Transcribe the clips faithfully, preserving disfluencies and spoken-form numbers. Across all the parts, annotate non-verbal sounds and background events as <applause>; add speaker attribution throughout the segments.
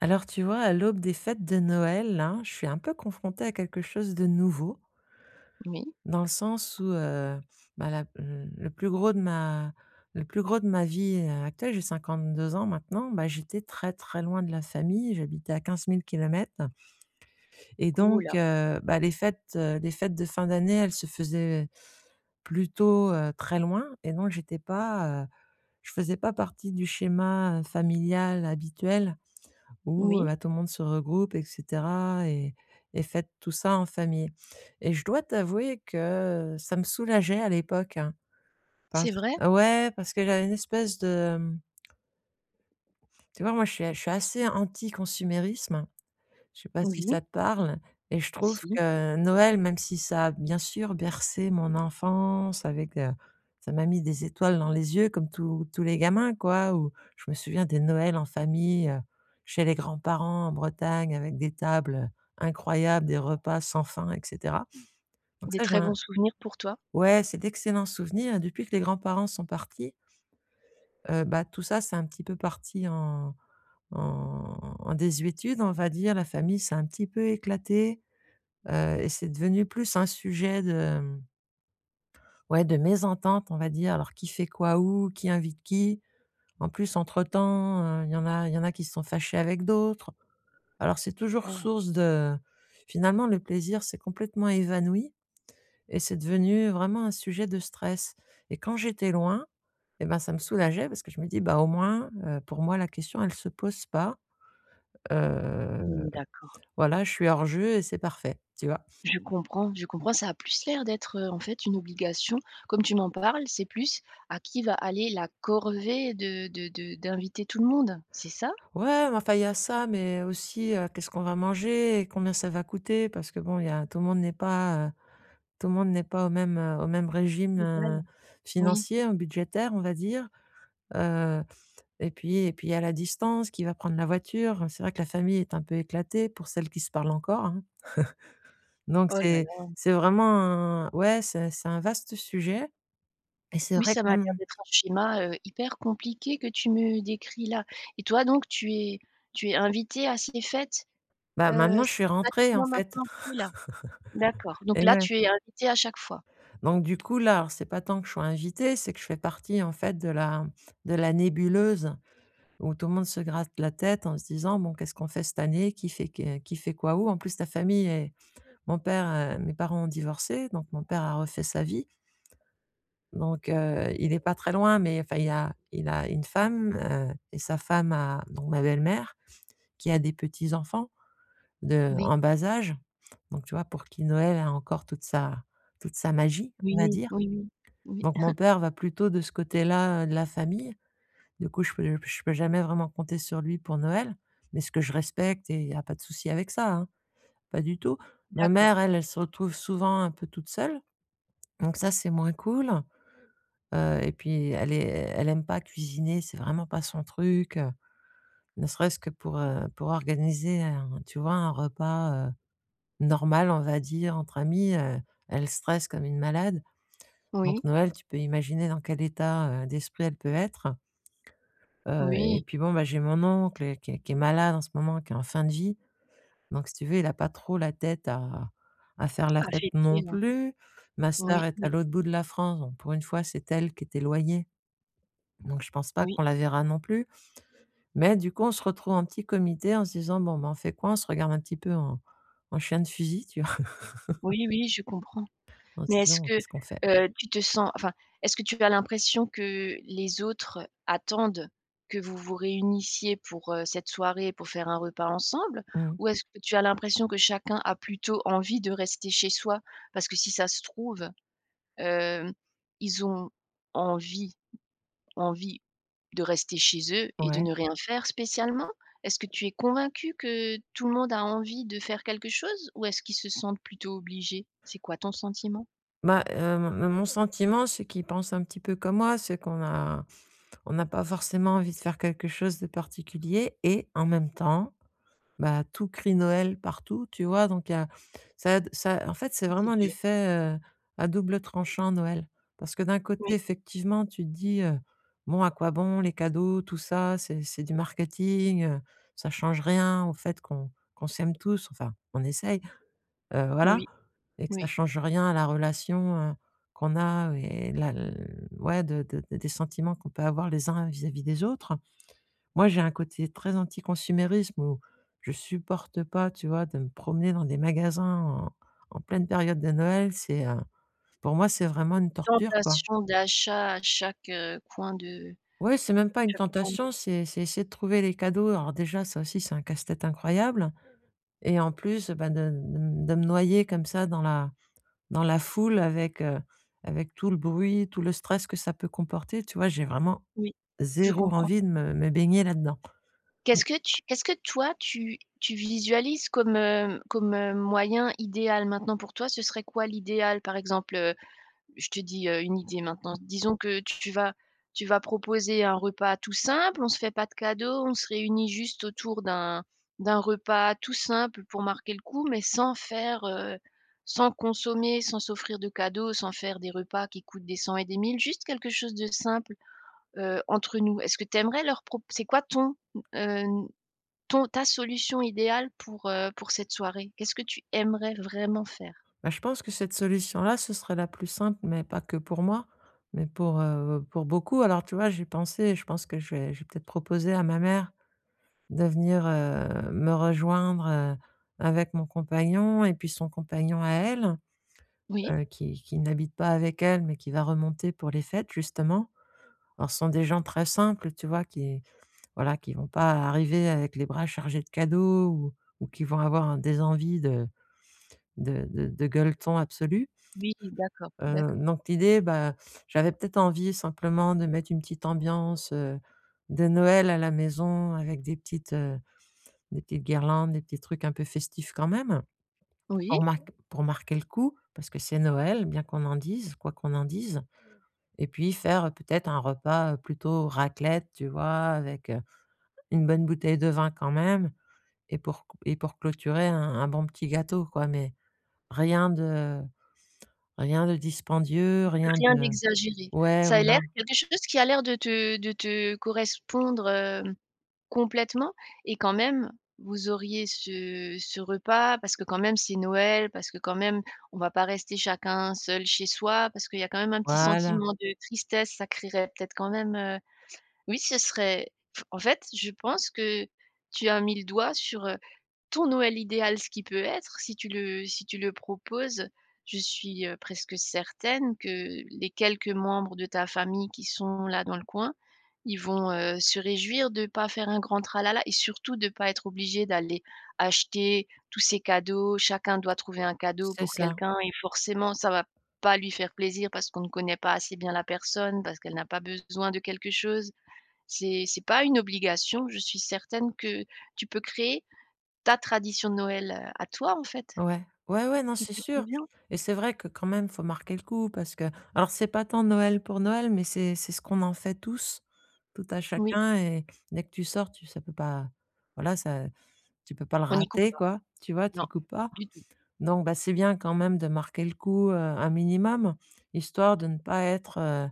Speaker 1: Alors tu vois, à l'aube des fêtes de Noël, là, je suis un peu confrontée à quelque chose de nouveau,
Speaker 2: Oui.
Speaker 1: dans le sens où, heu, bah, la le le plus gros de ma le plus gros de ma vie, heu, actuelle, j'ai cinquante-deux ans maintenant. Bah, j'étais très, très loin de la famille, j'habitais à quinze mille kilomètres, et
Speaker 2: Ouh
Speaker 1: donc
Speaker 2: là.
Speaker 1: heu, bah, les fêtes, heu, les fêtes de fin d'année, elles se faisaient plutôt, heu, très loin. Et donc j'étais pas, heu, je faisais pas partie du schéma, heu, familial habituel où, heu,
Speaker 2: Oui.
Speaker 1: bah, tout le monde se regroupe et cetera et et fête tout ça en famille. Et je dois t'avouer que ça me soulageait à l'époque, hein,
Speaker 2: C'est
Speaker 1: parce
Speaker 2: vrai?
Speaker 1: ouais, parce que j'avais une espèce de, tu vois. Moi, je suis je suis assez anti consumérisme, je sais pas si
Speaker 2: Oui.
Speaker 1: ça te parle? Et je trouve
Speaker 2: Si.
Speaker 1: que Noël, même si ça a bien sûr bercé mon enfance avec, heu, ça m'a mis des étoiles dans les yeux comme tous tous les gamins quoi, où je me souviens des Noëls en famille, heu, chez les grands-parents en Bretagne avec des tables, heu, incroyables, des repas sans fin et cetera. Donc
Speaker 2: Des
Speaker 1: ça j'ai
Speaker 2: très
Speaker 1: un
Speaker 2: bons souvenirs pour toi?
Speaker 1: Ouais, c'est d'excellents souvenirs. Et depuis que les grands-parents sont partis, heu, bah, tout ça c'est un petit peu parti en en en désuétude, on va dire. La famille s'est un petit peu éclatée. Heu et c'est devenu plus un sujet de, ouais, de mésentente, on va dire. Alors qui fait quoi où? Qui invite qui? En plus, entre-temps, heu, il y en a il y en a qui se sont fâchés avec d'autres. Alors c'est toujours
Speaker 2: Oh.
Speaker 1: source de Finalement, le plaisir s'est complètement évanoui et c'est devenu vraiment un sujet de stress. Et quand j'étais loin, et ben, ça me soulageait parce que je me dis: «Bah, au moins, heu, pour moi, la question, elle se pose pas. Heu,
Speaker 2: Mmh, d'accord.
Speaker 1: voilà, je suis hors jeu et c'est parfait», tu vois?
Speaker 2: Je comprends, je comprends. Ça a plus l'air d'être, heu, en fait, une obligation. Comme tu m'en parles, c'est plus à qui va aller la corvée de de de d'inviter tout le monde, c'est ça?
Speaker 1: Ouais, mais enfin, il y a ça, mais aussi, heu, qu'est-ce qu'on va manger et combien ça va coûter? Parce que bon, il y a tout le monde n'est pas, heu, tout le monde n'est pas au même, heu, au même régime,
Speaker 2: Égal.
Speaker 1: heu,
Speaker 2: Oui.
Speaker 1: financier, euh, budgétaire, on va dire. Heu et puis et puis il y a la distance. Qui va prendre la voiture? C'est vrai que la famille est un peu éclatée, pour celles qui se parlent encore, hein. Donc
Speaker 2: Oh là
Speaker 1: c'est
Speaker 2: là.
Speaker 1: c'est vraiment un Ouais, c'est c'est un vaste sujet et c'est
Speaker 2: Oui,
Speaker 1: vrai
Speaker 2: ça m'a
Speaker 1: que,
Speaker 2: l'air
Speaker 1: mmh,
Speaker 2: d'être un schéma, heu, hyper compliqué que tu me décris là. Et toi donc tu es tu es invité à ces fêtes,
Speaker 1: bah,
Speaker 2: heu,
Speaker 1: maintenant je suis rentrée, en
Speaker 2: systématiquement
Speaker 1: fait
Speaker 2: maintenant que
Speaker 1: <laughs>
Speaker 2: tu es là? D'accord, donc
Speaker 1: et
Speaker 2: là,
Speaker 1: ouais.
Speaker 2: tu es invitée à chaque fois?
Speaker 1: Donc du coup, là, alors c'est pas tant que je sois invitée, c'est que je fais partie en fait de la de la nébuleuse où tout le monde se gratte la tête en se disant: «Bon, qu'est-ce qu'on fait cette année? Qui fait que qui fait quoi où?» en plus ta famille est mon père, heu, Mes parents ont divorcé, donc mon père a refait sa vie. Donc heu, il est pas très loin, mais enfin il a il a une femme, heu et sa femme a donc ma belle-mère, qui a des petits-enfants de
Speaker 2: Oui,
Speaker 1: en bas âge. Donc tu vois, pour qui Noël a encore toute sa toute sa magie,
Speaker 2: oui,
Speaker 1: on va
Speaker 2: oui,
Speaker 1: dire.
Speaker 2: oui, oui,
Speaker 1: Donc mon père va plutôt de ce côté-là, heu, de la famille. Du coup, je peux je peux jamais vraiment compter sur lui pour Noël, mais ce que je respecte et il n'y a pas de souci avec ça, hein, pas du tout. Ma
Speaker 2: d'accord.
Speaker 1: mère, elle, elle se retrouve souvent un peu toute seule, donc ça, c'est moins cool. Heu et puis elle est elle aime pas cuisiner, c'est vraiment pas son truc. Heu, ne serait-ce que pour, heu, pour organiser un tu vois, un repas, heu, normal, on va dire, entre amis, heu, elle stresse comme une malade. Donc
Speaker 2: Oui,
Speaker 1: Noël, tu peux imaginer dans quel état, heu, d'esprit elle peut être. Heu et
Speaker 2: oui,
Speaker 1: puis bon, bah, j'ai mon oncle heu, qui est qui est malade en ce moment, qui est en fin de vie. Donc si tu veux, il a pas trop la tête à à faire la
Speaker 2: à
Speaker 1: fête non
Speaker 2: là.
Speaker 1: plus. Ma
Speaker 2: Oui,
Speaker 1: sœur est à
Speaker 2: oui,
Speaker 1: l'autre bout de la France, donc pour une fois, c'est elle qui est éloignée. Donc je pense pas qu'on
Speaker 2: oui,
Speaker 1: la verra non plus. Mais du coup, on se retrouve en petit comité en se disant: «Bon, bah, on fait quoi?» On se regarde un petit peu en en chien de fusil, tu vois? <laughs>
Speaker 2: oui, oui, je comprends.
Speaker 1: En se
Speaker 2: Mais est-ce
Speaker 1: disant:
Speaker 2: que,
Speaker 1: «Qu'est-ce qu'on fait?»
Speaker 2: heu, tu te sens enfin, est-ce que tu as l'impression que les autres attendent que vous vous réunissiez pour, heu, cette soirée, pour faire un repas ensemble?
Speaker 1: Mmh.
Speaker 2: Ou est-ce que tu as l'impression que chacun a plutôt envie de rester chez soi? Parce que si ça se trouve, hem, ils ont envie envie de rester chez eux et de
Speaker 1: Ouais.
Speaker 2: ne rien faire spécialement? Est-ce que tu es convaincu que tout le monde a envie de faire quelque chose ou est-ce qu'ils se sentent plutôt obligés? C'est quoi ton sentiment?
Speaker 1: Bah, heu, mon mon sentiment, c'est qu'ils pensent un petit peu comme moi, c'est qu'on a on n'a pas forcément envie de faire quelque chose de particulier et en même temps, bah, tout crie Noël partout, tu vois? Donc il y a ça Ça en fait, c'est
Speaker 2: Oui, c'est
Speaker 1: vraiment
Speaker 2: dur.
Speaker 1: l'effet, heu, à double tranchant Noël. Parce que d'un côté,
Speaker 2: Oui,
Speaker 1: effectivement, tu te dis, heu: «Bon, à quoi bon les cadeaux, tout ça? C'est c'est du marketing, heu, ça change rien au fait qu'on qu'on s'aime tous». Enfin, on essaye heu, voilà,
Speaker 2: oui,
Speaker 1: et que ça
Speaker 2: oui.
Speaker 1: change rien à la relation, heu, qu'on a, et la l ouais, de de des sentiments qu'on peut avoir les uns vis-à-vis des autres. Moi, j'ai un côté très anti-consumérisme où je supporte pas, tu vois, de me promener dans des magasins en en pleine période de Noël. C'est, heu, pour moi, c'est vraiment une torture, quoi.
Speaker 2: Tentation d'achat à chaque, heu, coin de
Speaker 1: Ouais, c'est même pas une
Speaker 2: coin de
Speaker 1: tentation, c'est c'est essayer de trouver les cadeaux. Alors déjà, ça aussi, c'est un casse-tête incroyable et en plus, bah, de de m de me noyer comme ça dans la dans la foule avec, heu, avec tout le bruit, tout le stress que ça peut comporter, tu vois? J'ai vraiment
Speaker 2: oui, je
Speaker 1: zéro
Speaker 2: comprends.
Speaker 1: envie de me me baigner là-dedans.
Speaker 2: Qu'est-ce que tu qu'est-ce que toi tu tu visualises comme, heu, comme, heu, moyen idéal maintenant pour toi? Ce serait quoi l'idéal? Par exemple, je te dis, heu, une idée maintenant. Disons que tu vas tu vas proposer un repas tout simple. On se fait pas de cadeaux, on se réunit juste autour d'un d'un repas tout simple pour marquer le coup, mais sans faire, heu, sans consommer, sans s'offrir de cadeaux, sans faire des repas qui coûtent des cents et des mille, juste quelque chose de simple, heu, entre nous. Est-ce que tu aimerais leur proposer, c'est quoi ton, heu, ton ta solution idéale pour, heu, pour cette soirée? Qu'est-ce que tu aimerais vraiment faire?
Speaker 1: Bah, je pense que cette solution-là, ce serait la plus simple, mais pas que pour moi, mais pour, heu, pour beaucoup. Alors, tu vois, j'ai pensé, je pense que je vais je vais peut-être proposer à ma mère de venir, heu, me rejoindre, heu, avec mon compagnon et puis son compagnon à elle,
Speaker 2: Oui?
Speaker 1: heu, qui qui n'habite pas avec elle, mais qui va remonter pour les fêtes, justement. Alors, ce sont des gens très simples, tu vois? Qui Voilà, qui vont pas arriver avec les bras chargés de cadeaux ou ou qui vont avoir un des envies de de de de gueuleton absolu.
Speaker 2: Oui, d'accord,
Speaker 1: Heu,
Speaker 2: d'accord.
Speaker 1: donc l'idée, bah, j'avais peut-être envie simplement de mettre une petite ambiance, heu, de Noël à la maison avec des petites, heu, des petites guirlandes, des petits trucs un peu festifs quand même
Speaker 2: Oui.
Speaker 1: pour marq pour marquer le coup parce que c'est Noël, bien qu'on en dise, quoi qu'on en dise. Et puis faire, heu, peut-être un repas, heu, plutôt raclette, tu vois? Avec, heu, une bonne bouteille de vin quand même et pour et pour clôturer un un bon petit gâteau quoi, mais rien de rien de dispendieux, rien
Speaker 2: Rien
Speaker 1: de
Speaker 2: d'exagéré.
Speaker 1: ouais,
Speaker 2: Ça a
Speaker 1: voilà,
Speaker 2: l'air quelque chose qui a l'air de te de te correspondre, hem, complètement, et quand même, vous auriez ce ce repas parce que quand même c'est Noël, parce que quand même on va pas rester chacun seul chez soi, parce qu'il y a quand même un petit
Speaker 1: voilà,
Speaker 2: sentiment de tristesse, ça créerait peut-être quand même, heu. Oui, ce serait f en fait, je pense que tu as mis le doigt sur, heu, ton Noël idéal, ce qui peut être, si tu le si tu le proposes, je suis, heu, presque certaine que les quelques membres de ta famille qui sont là dans le coin, ils vont, heu, se réjouir de ne pas faire un grand tralala et surtout de ne pas être obligés d'aller acheter tous ces cadeaux. Chacun doit trouver un cadeau
Speaker 1: c'est
Speaker 2: pour
Speaker 1: ça.
Speaker 2: quelqu'un et forcément ça va pas lui faire plaisir parce qu'on ne connaît pas assez bien la personne, parce qu'elle n'a pas besoin de quelque chose. C'est c'est pas une obligation. Je suis certaine que tu peux créer ta tradition de Noël, à toi, en fait,
Speaker 1: Ouais, ouais, ouais, non,
Speaker 2: qui
Speaker 1: c'est
Speaker 2: te
Speaker 1: sûr.
Speaker 2: convient.
Speaker 1: Et c'est vrai que quand même, faut marquer le coup parce que alors c'est pas tant Noël pour Noël, mais c'est c'est ce qu'on en fait tous, tout à
Speaker 2: Oui,
Speaker 1: chacun. Et dès que tu sors, tu ça peut pas voilà, ça tu peux pas le
Speaker 2: on n'y coupe
Speaker 1: rater
Speaker 2: pas,
Speaker 1: quoi, tu vois? Tu
Speaker 2: non,
Speaker 1: y coupes pas,
Speaker 2: du tout.
Speaker 1: donc bah, c'est bien quand même de marquer le coup, heu, un minimum, histoire de ne pas être, heu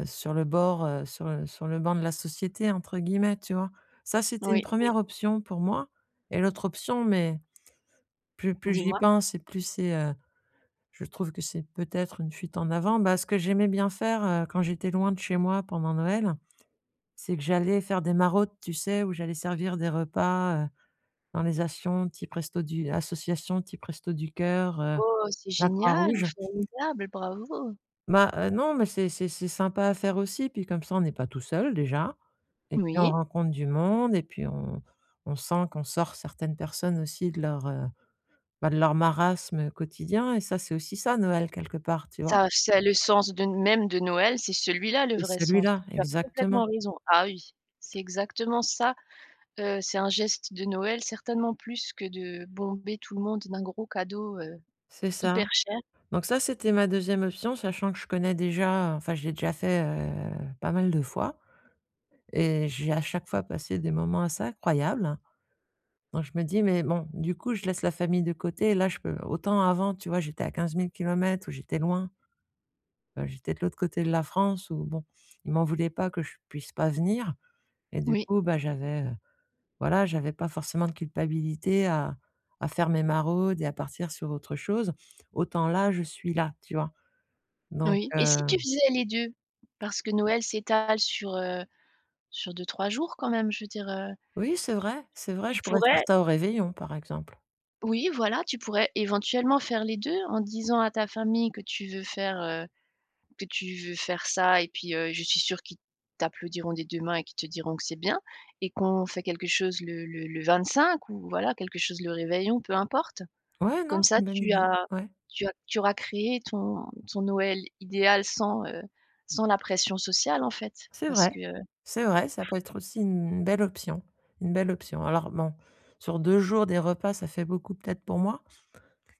Speaker 1: heu, sur le bord, heu, sur le sur le banc de la société entre guillemets, tu vois? Ça, c'était une
Speaker 2: Oui, oui,
Speaker 1: première option pour moi et l'autre option, mais plus plus j'y
Speaker 2: dis-moi?
Speaker 1: pense et plus c'est, heu, je trouve que c'est peut-être une fuite en avant. Bah, ce que j'aimais bien faire, heu, quand j'étais loin de chez moi pendant Noël, c'est que j'allais faire des maraudes, tu sais? Où j'allais servir des repas, heu, dans les actions type Restos du associations type Restos du Cœur, heu,
Speaker 2: Oh, c'est
Speaker 1: la
Speaker 2: génial,
Speaker 1: Croix-Rouge.
Speaker 2: formidable, bravo!
Speaker 1: Bah, heu, non, mais c'est c'est c'est sympa à faire aussi, puis comme ça on n'est pas tout seul déjà et puis on
Speaker 2: Oui,
Speaker 1: rencontre du monde et puis on on sent qu'on sort certaines personnes aussi de leur, heu, bah, de leur marasme quotidien et ça, c'est aussi ça Noël quelque part, tu vois?
Speaker 2: ça ça le sens de même de Noël, c'est celui-là le
Speaker 1: C'est
Speaker 2: vrai sens.
Speaker 1: celui-là,
Speaker 2: Tu as
Speaker 1: exactement,
Speaker 2: complètement raison. Ah oui, c'est exactement ça, heu, c'est un geste de Noël, certainement plus que de bomber tout le monde d'un gros cadeau, heu,
Speaker 1: c'est ça.
Speaker 2: hyper cher.
Speaker 1: Donc ça, c'était ma deuxième option, sachant que je connais déjà, enfin je l'ai déjà fait, heu, pas mal de fois et j'ai à chaque fois passé des moments assez incroyables, hein. Donc je me dis: «Mais bon, du coup, je laisse la famille de côté». Là, je peux autant avant, tu vois, j'étais à quinze mille kilomètres où j'étais loin, heu, j'étais de l'autre côté de la France où bon, ils m'en voulaient pas que je puisse pas venir et du
Speaker 2: Oui,
Speaker 1: coup, bah, j'avais, heu, voilà, j'avais pas forcément de culpabilité à à faire mes maraudes et à partir sur autre chose. Autant là, je suis là, tu vois? Donc
Speaker 2: oui, et
Speaker 1: heu,
Speaker 2: si tu faisais les deux? Parce que Noël s'étale sur, heu, sur deux trois jours quand même, je veux dire, heu,
Speaker 1: oui, c'est vrai, c'est vrai,
Speaker 2: tu
Speaker 1: je pourrais faire
Speaker 2: pourrais.
Speaker 1: ça au réveillon, par exemple.
Speaker 2: Oui voilà, tu pourrais éventuellement faire les deux en disant à ta famille que tu veux faire, heu, que tu veux faire ça et puis, heu, je suis sûre qu'ils t'applaudiront des deux mains et qu'ils te diront que c'est bien et qu'on fait quelque chose le le le cinq ou voilà, quelque chose le réveillon, peu importe.
Speaker 1: Ouais, non,
Speaker 2: Comme
Speaker 1: c'est
Speaker 2: ça
Speaker 1: une bonne
Speaker 2: tu
Speaker 1: idée,
Speaker 2: as
Speaker 1: ouais.
Speaker 2: tu as tu auras créé ton ton Noël idéal sans, heu, sans la pression sociale en fait.
Speaker 1: C'est
Speaker 2: Parce
Speaker 1: vrai,
Speaker 2: que
Speaker 1: c'est vrai, ça peut être aussi une belle option, une belle option. Alors bon, sur deux jours, des repas, ça fait beaucoup peut-être pour moi,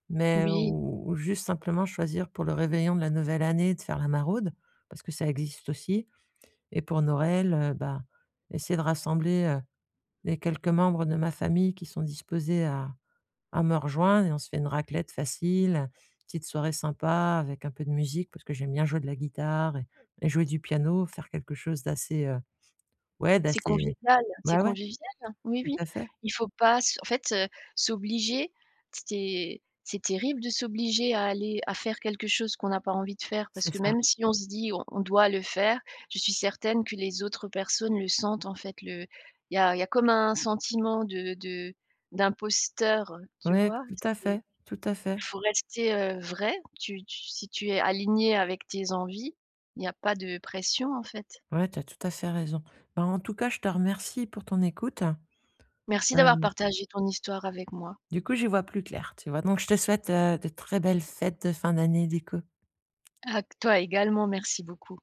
Speaker 1: mais
Speaker 2: oui.
Speaker 1: ou ou juste simplement choisir pour le réveillon de la nouvelle année de faire la maraude, parce que ça existe aussi. Et pour Noël, heu, bah, essayer de rassembler, heu, les quelques membres de ma famille qui sont disposés à à me rejoindre. Et on se fait une raclette facile, petite soirée sympa avec un peu de musique parce que j'aime bien jouer de la guitare et et jouer du piano, faire quelque chose d'assez, heu, Ouais, bah,
Speaker 2: C'est
Speaker 1: c'est
Speaker 2: convivial, c'est
Speaker 1: bah, ouais,
Speaker 2: convivial. Oui,
Speaker 1: tout
Speaker 2: oui.
Speaker 1: à fait,
Speaker 2: Il faut pas s en fait, heu, s'obliger, c'est c'est terrible de s'obliger à aller à faire quelque chose qu'on n'a pas envie de faire parce
Speaker 1: c'est
Speaker 2: que
Speaker 1: ça.
Speaker 2: même si on se dit: «On on doit le faire», je suis certaine que les autres personnes le sentent, en fait, le il y a il y a comme un sentiment de de d'imposteur, tu
Speaker 1: Ouais,
Speaker 2: vois?
Speaker 1: tout à
Speaker 2: C'est
Speaker 1: fait, tout à fait.
Speaker 2: il faut rester, heu, vrai. Tu tu si tu es aligné avec tes envies, il n'y a pas de pression, en fait.
Speaker 1: Ouais, tu as tout à fait raison. Bah, en tout cas, je te remercie pour ton écoute.
Speaker 2: Merci d'avoir
Speaker 1: Hem,
Speaker 2: partagé ton histoire avec moi.
Speaker 1: du coup, j'y vois plus clair, tu vois? Donc je te souhaite, heu, de très belles fêtes de fin d'année, déco.
Speaker 2: À toi également, merci beaucoup.